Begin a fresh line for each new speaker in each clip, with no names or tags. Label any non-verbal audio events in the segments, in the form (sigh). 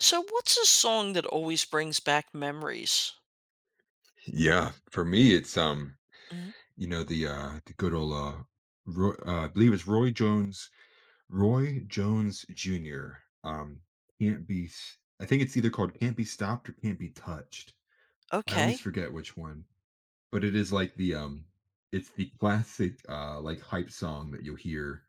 So what's a song that always brings back memories?
Yeah, for me, it's
Mhm.
the good old Roy, I believe it's Roy Jones, Roy Jones Jr. Um, can't be. S- I think it's either called "Can't Be Stopped" or "Can't Be Touched." I always
Okay.
forget which one, but it is like the it's the classic like hype song that you'll hear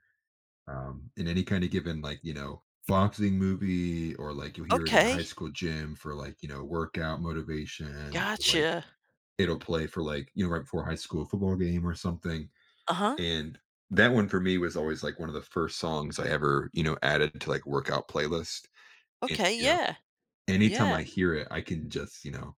in any kind of given, like, boxing movie, or like you'll hear it in a
Okay.
high school gym for like, workout motivation, or like
Gotcha.
it'll play for like, right before high school football game or something.
Uh-huh.
And that one for me was always like one of the first songs I ever, you know, added to like workout playlist. And
Okay,
you know,
yeah.
anytime
Yeah.
I hear it, I can just, you know,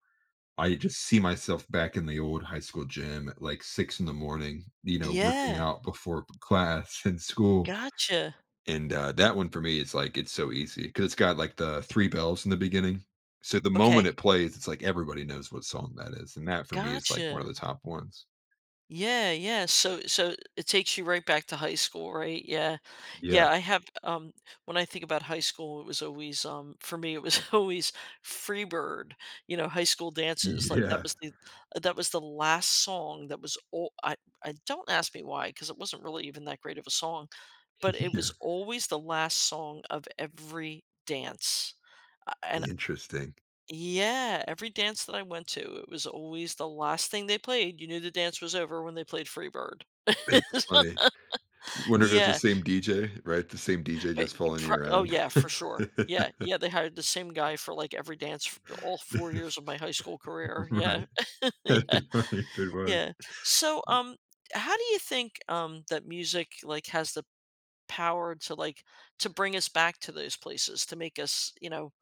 I just see myself back in the old high school gym at like six in the morning, you know, working
Yeah.
out before class (laughs) and school.
Gotcha.
And that one for me is like it's so easy because it's got like the three bells in the beginning, so the moment
Okay.
it plays, it's like everybody knows what song that is, and that for me is like one
Gotcha.
of the top ones.
Yeah, yeah. So it takes you right back to high school, right? Yeah.
Yeah.
Yeah, I have when I think about high school, it was always for me it was (laughs) always Freebird, you know, high school dances. Like
Yeah,
that was the last song that was all I. don't, ask me why, because it wasn't really even that great of a song, but
(laughs)
it was
yeah,
always the last song of every dance. And
interesting.
yeah, every dance that I went to, it was always the last thing they played. You knew the dance was over when they played Freebird.
That's
(laughs)
funny. Wonder if it's the
Yeah.
same DJ, right? The same DJ
eh,
just following
pro
you
oh,
around.
yeah,
(laughs)
for sure. Yeah, yeah, they hired the same guy for, like, every dance f all 4 years of my high school career. Yeah.
Right.
(laughs)
(laughs) That'd
Yeah,
be funny if it was.
yeah. So, how do you think, that music, like, has the power to, like, to bring us back to those places, to make us, you know,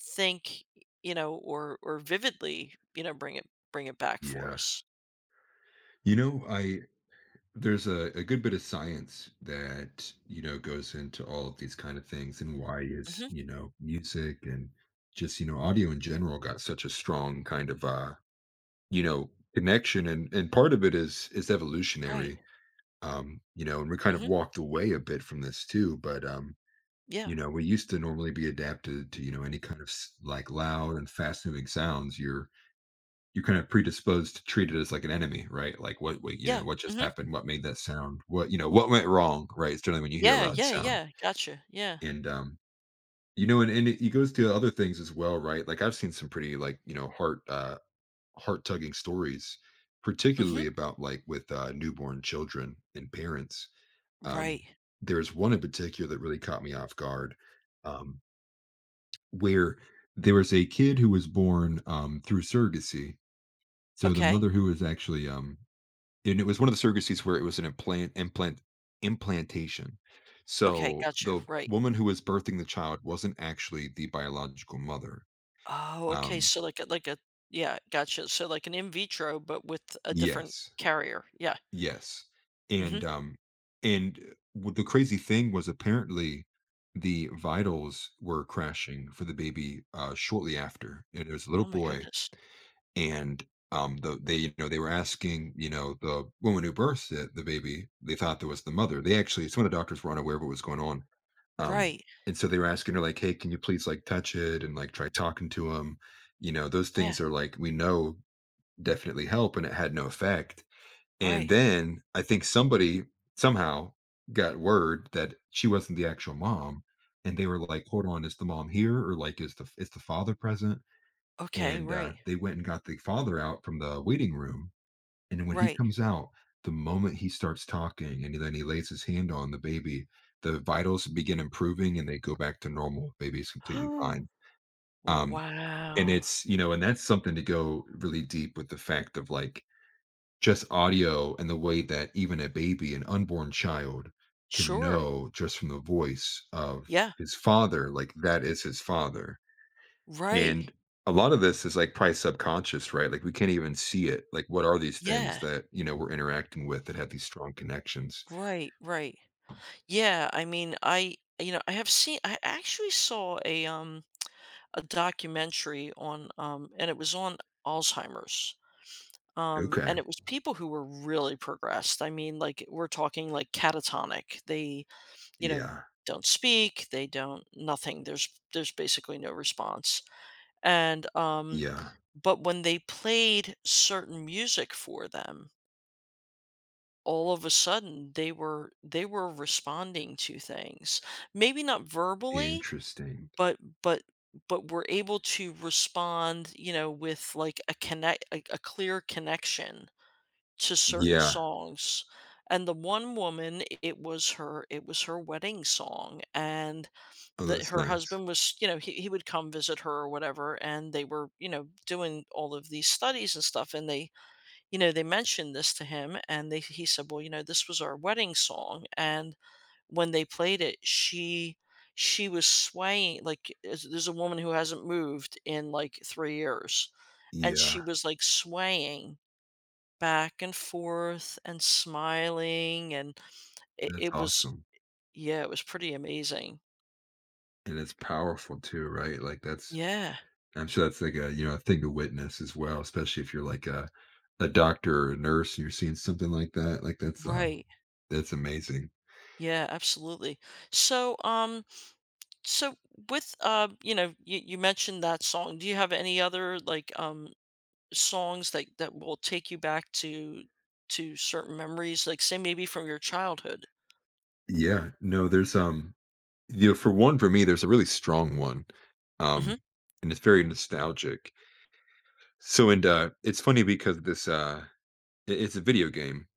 think, you know, or vividly, you know, bring it back for
Yeah.
us?
You know, I there's a good bit of science that, you know, goes into all of these kind of things, and why is, you know, music and just, you know, audio in general got such a strong kind of, you know, connection? And part of it is
Right.
evolutionary. You know, and we kind of
Mhm.
walked away a bit from this too, but,
Yeah.
you know, we used to normally be adapted to, you know, any kind of s like, loud and fast-moving sounds. You're kind of predisposed to treat it as like an enemy, right? Like, what, you
Yeah.
know, what just
Mhm.
happened? What made that sound? What, you know, what went wrong, right? It's generally when you hear a
Yeah,
loud
yeah,
sound.
yeah. Gotcha. Yeah.
And, you know, and it goes to other things as well, right? Like, I've seen some pretty, like, you know, heart, heart-tugging stories,
Mhm.
particularly about, like, with, newborn children and parents. Um,
Right.
there's one in particular that really caught me off guard, um, where there was a kid who was born, through surrogacy. So the
Okay.
mother who was actually, um, and it was one of the surrogacies where it was an implant implantation.
Okay,
So
gotcha.
the
Right.
woman who was birthing the child wasn't actually the biological mother.
Oh, okay.
Um,
So like a yeah, gotcha. So like an in vitro, but with a different
yes.
carrier. Yeah.
Yes,
Mhm.
and, um, and, w the crazy thing was apparently the vitals were crashing for the baby, shortly after, and it was a
Oh
little
my
boy,
goodness.
and, they, you know, they were asking, you know, the woman who birthed it the baby, they thought that was the mother. They actually, some of the doctors were unaware of what was going on, um,
Right.
and so they were asking her like, "Hey, can you please, like, touch it and, like, try talking to him?" You know, those
Yeah.
things are, like, we know definitely help, and it had no effect.
Right.
And then I think somebody somehow got word that she wasn't the actual mom, and they were like, "Hold on, is the mom here?" Or like, is the father present?"
Okay.
And,
Right.
they went and got the father out from the waiting room, and when he
Right.
comes out, the moment he starts talking and then he lays his hand on the baby, the vitals begin improving and they go back to normal. Baby is completely
Oh.
fine. Um, and
Wow.
it's, you know, and that's something to go really deep with, the fact of, like, just audio and the way that even a baby, an unborn child, can
Sure.
know just from the voice of
Yeah.
his father, like, that is his father, and
Right.
a lot of this is, like, probably subconscious, right? Like, we can't even see it, like, what are these things
Yeah.
that, you know, we're interacting with that have these strong connections?
Right. Right. Yeah. I mean, I you know, I have seen I actually saw a documentary on, and it was on Alzheimer's. And
Okay.
it was people who were really progressed. I mean, like we're talking like catatonic. They, you know,
Yeah,
don't speak. They don't nothing. There's basically no response. And
yeah,
but when they played certain music for them, all of a sudden they were, responding to things, maybe not verbally,
interesting.
but but we're able to respond, you know, with like a a clear connection to certain
Yeah.
songs. And the one woman, it was her wedding song, and
Oh,
that
that's
her
nice.
husband was, you know, he would come visit her or whatever and they were, you know, doing all of these studies and stuff and they, you know, they mentioned this to him and they he said, "Well, you know, this was our wedding song." And when they played it, she was swaying like there's a woman who hasn't moved in like 3 years, and she
Yeah,
was like swaying back and forth and smiling, and
that's
it was
awesome,
yeah, it was pretty amazing.
and it's powerful too, right? Like, that's
Yeah,
I'm sure that's like a, you know, a thing to witness as well, especially if you're like a doctor or a nurse and you're seeing something like that. Like
right.
that's amazing.
Yeah, absolutely. So, so with you know, you mentioned that song. Do you have any other like songs that that will take you back to certain memories, like, say, maybe from your childhood.
Yeah. No, there's you know, for one for me, there's a really strong one. Um
Mhm.
and it's very nostalgic. So, and it's funny because it's a video game,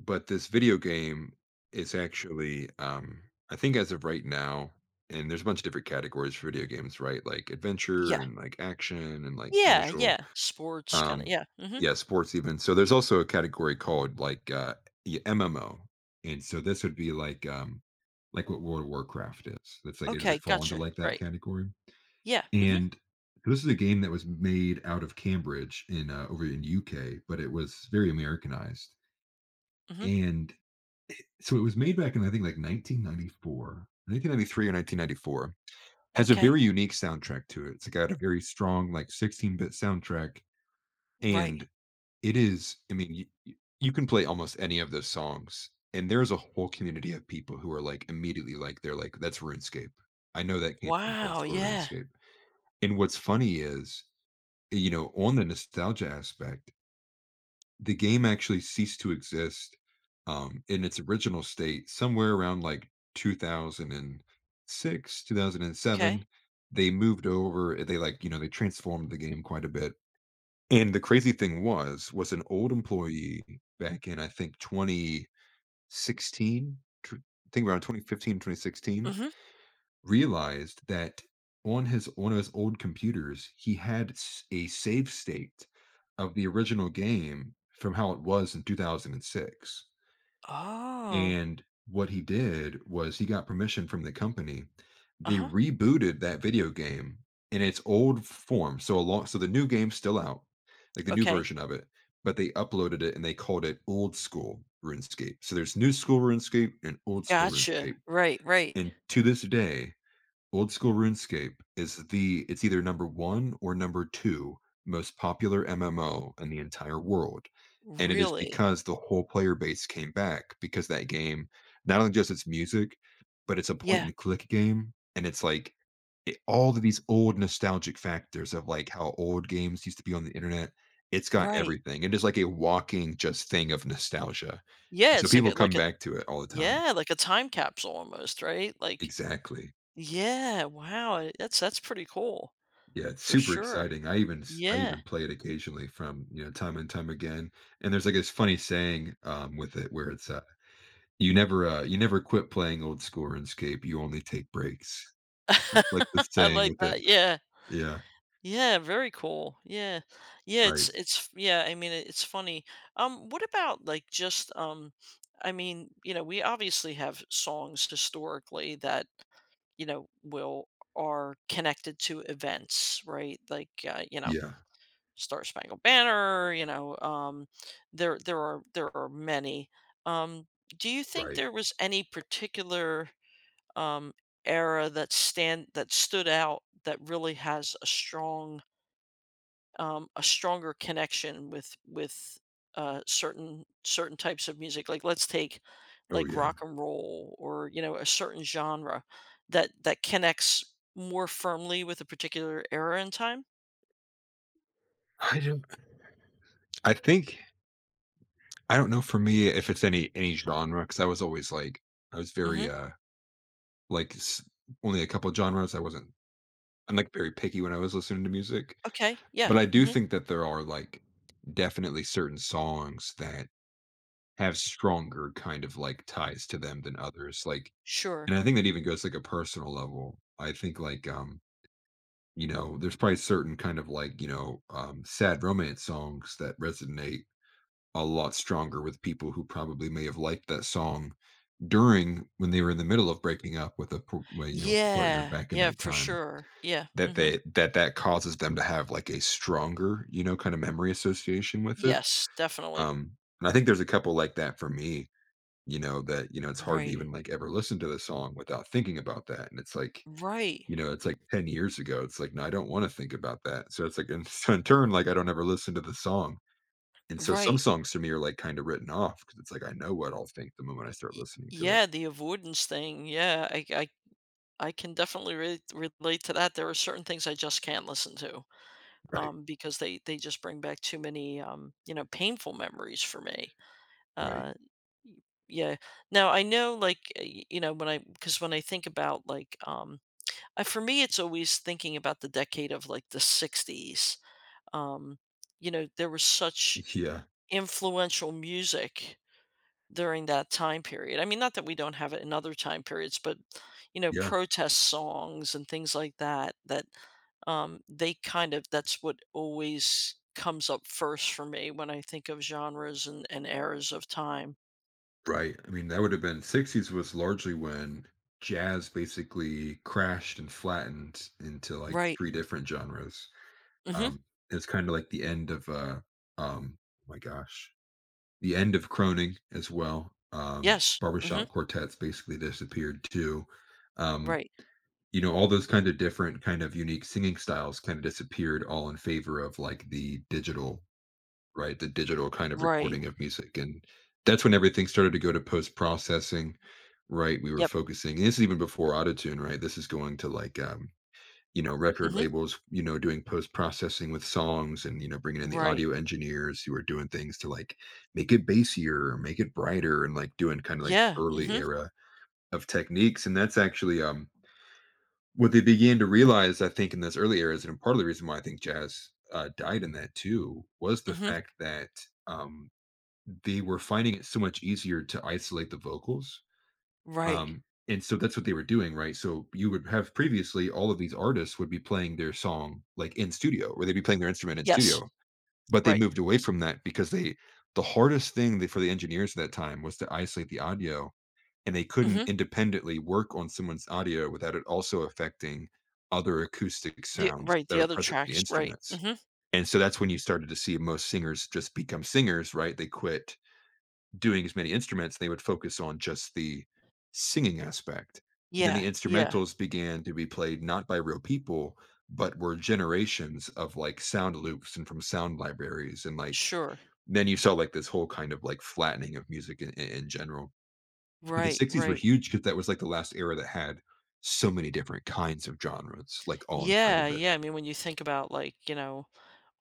but this video game is actually, I think as of right now, and there's a bunch of different categories for video games, right? Like adventure
Yeah.
and like action and like
Yeah,
casual.
yeah. Sports kinda
Um,
yeah, mhm.
yeah, sports even. So there's also a category called yeah, MMO. And so this would be like, like what World of Warcraft is. That's like it
Okay,
would fall into
gotcha,
like that
right.
category.
Yeah, mhm,
And this is a game that was made out of Cambridge in, over in UK, but it was very Americanized.
mhm.
And so it was made back in, I think, like 1994, 1993 or 1994. Has a
Okay.
very unique soundtrack to it. It's got a very strong like 16-bit soundtrack.
Right.
And it is. I mean, you can play almost any of those songs, and there's a whole community of people who are, like, immediately, like, they're like, "That's RuneScape. I know that came from old
Wow,
school
yeah,
RuneScape." And what's funny is, you know, on the nostalgia aspect, the game actually ceased to exist, in its original state somewhere around, like, 2006,
okay.
2007. They moved over, they, like, you know, they transformed the game quite a bit, and the crazy thing was an old employee back in, I think, 2016, tw I think around 2015, 2016,
Mhm.
realized that on his one of his old computers, he had s a save state of the original game from how it was in 2006.
Oh,
And what he did was he got permission from the company. They
uh-huh,
rebooted that video game in its old form. So a long so the new game's still out, like the new
okay.
version of it, but they uploaded it and they called it old school RuneScape. So there's new school RuneScape and old school
Gotcha.
RuneScape.
Right, right.
And to this day, Old School RuneScape is the it's either number 1 or number 2 most popular MMO in the entire world, and it is
Really?
because the whole player base came back because that game, not only just its music, but it's a point
Yeah,
and click game, and it's like, it all of these old nostalgic factors of, like, how old games used to be on the internet, it's got
right.
everything, it is like a walking just thing of nostalgia, and
Yeah,
so
it's like a
people come
like a
back to it all the time.
yeah, like a time capsule almost, right? Like
Exactly.
yeah, wow, that's pretty cool.
Yeah, it's
For
super
sure.
exciting. I
Yeah.
even play it occasionally from, you know, time and time again, and there's, like, this funny saying, with it where it's, you never quit playing old school RuneScape, you only take breaks." It's like the
(laughs) I
saying
like
with it.
that, yeah.
Yeah,
Yeah, very cool. Yeah. Yeah,
right.
it's yeah, I mean, it's funny. What about, like, just, I mean, you know, we obviously have songs historically that, you know, will are connected to events, right? Like, you know,
Yeah,
Star Spangled Banner, you know, there are there are many. Um, do you think
right.
there was any particular um, era that stand that stood out that really has a strong a stronger connection with certain types of music. Like let's take
Oh,
like
yeah.
rock and roll or you know a certain genre that that connects more firmly with a particular era in time.
I don't I think I don't know for me if it's any genre because I was always, like, I was very,
Hmm.
like, s only a couple genres. I wasn't I'm, like, very picky when I was listening to music.
Okay. Yeah.
But I do
Hmm.
think that there are, like, definitely certain songs that have stronger kind of, like, ties to them than others, like,
Sure.
and I think that even goes, like, a personal level. I think, like, you know, there's probably certain kind of, like, you know, sad romance songs that resonate a lot stronger with people who probably may have liked that song during when they were in the middle of breaking up with a p well, you know, with a partner
Yeah.
back in
Yeah.
that
For
time,
sure. Yeah.
that
Hmm.
they that that causes them to have, like, a stronger, you know, kind of memory association with it.
Yes. Definitely.
Um, and I think there's a couple like that for me, you know, that, you know, it's hard to
Right.
even like ever listen to the song without thinking about that. And it's like,
Right.
you know, it's like 10 years ago. It's like, no, I don't want to think about that. So it's like, and (laughs) so in turn, like I don't ever listen to the song. And so some
Right.
songs to me are like kind of written off because it's like, I know what I'll think the moment I start listening to it.
Yeah, the avoidance thing. Yeah, I can definitely relate to that. There are certain things I just can't listen to
Right.
because they just bring back too many, you know, painful memories for me.
Right.
Uh, y- yeah. Now I know, like, you know, because when I think about, like, for me, it's always thinking about the decade of like the '60s. Um, you know, there was such
Yeah.
influential music during that time period. I mean, not that we don't have it in other time periods, but you know,
Yeah.
protest songs and things like that. That they kind of that's what always comes up first for me when I think of genres and, eras of time.
Right. I mean, that would have been '60s was largely when jazz basically crashed and flattened into like
Right.
three different genres.
Mm-hmm.
Um, it's kind of like the end of, um oh my gosh, the end of Croning as well.
Yes. Mm-hmm.
Barbershop quartets basically disappeared too. Um,
Right.
you know, all those kind of different, kind of unique singing styles kind of disappeared all in favor of like the digital, right? The digital kind of
Right.
recording of music. And that's when everything started to go to post processing, right? We were
Yep.
focusing, and this is even before autotune, right? This is going to like, you know, record
Mm-hmm.
labels, you know, doing post processing with songs and, you know, bringing in the
Right.
audio engineers who are doing things to like make it bassier or make it brighter and like doing kind of like the
Yeah.
early
Mm-hmm.
era of techniques. And that's actually, what they began to realize, I think, in those early eras, and part of the reason why I think jazz, died in that too, was the
Mm-hmm.
fact that, um, they were finding it so much easier to isolate the vocals,
Right.
um, and so that's what they were doing, right? So you would have previously all of these artists would be playing their song like in studio, or they'd be playing their instrument in
Yes.
studio. But they
Right.
moved away from that because the hardest thing for the engineers at that time was to isolate the audio, and they couldn't
Mm-hmm.
independently work on someone's audio without it also affecting other acoustic
The
sounds
right.
that
The
are
other
present in the
tracks. Right.
instruments.
Mm-hmm.
And so that's when you started to see most singers just become singers, right? They quit doing as many instruments, they would focus on just the singing aspect. Then
Yeah.
the
Yeah.
instrumentals began to be played not by real people, but were generations of like sound loops and from sound libraries. And like,
Sure.
then you saw like this whole kind of like flattening of music in general. But the
Right.
'60s were
Right.
huge because that was like the last era that had so many different kinds of genres, like all inside
Yeah,
of it.
yeah. I mean, when you think about like, you know,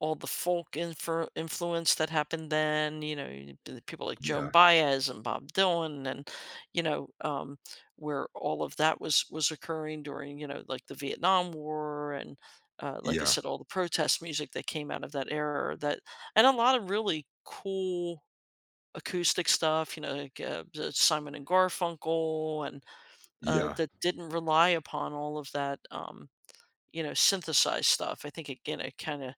all the folk influence that happened then, you know, the people like Joan
Yeah.
Baez and Bob Dylan and, you know, where all of that was occurring during, you know, like the Vietnam War and like I
Yeah.
said, all the protest music that came out of that era that and a lot of really cool acoustic stuff, you know, like the Simon and Garfunkel and
Yeah.
that didn't rely upon all of that you know, synthesize stuff. I think again, it kind of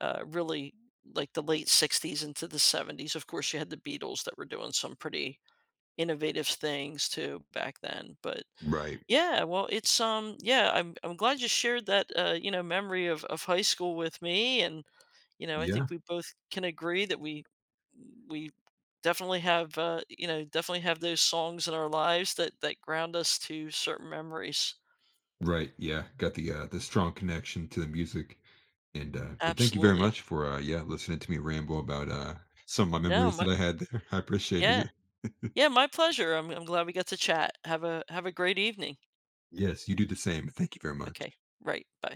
really like the late '60s into the '70s. Of course, you had the Beatles that were doing some pretty innovative things too back then. But
Right.
yeah, well, it's yeah, I'm glad you shared that you know memory of high school with me, and you know, I
Yeah.
think we both can agree that we definitely have you know definitely have those songs in our lives that that ground us to certain memories.
Right, yeah, got the strong connection to the music, and, but thank you very
Absolutely.
much for, yeah, listening to me ramble about, some of my
No,
memories
my,
that I had there. (laughs) I appreciated
yeah.
it. (laughs)
Yeah, my pleasure. I'm glad we got to chat. Have a great evening.
Yes, you do the same. Thank you very much.
Okay. Right. Bye.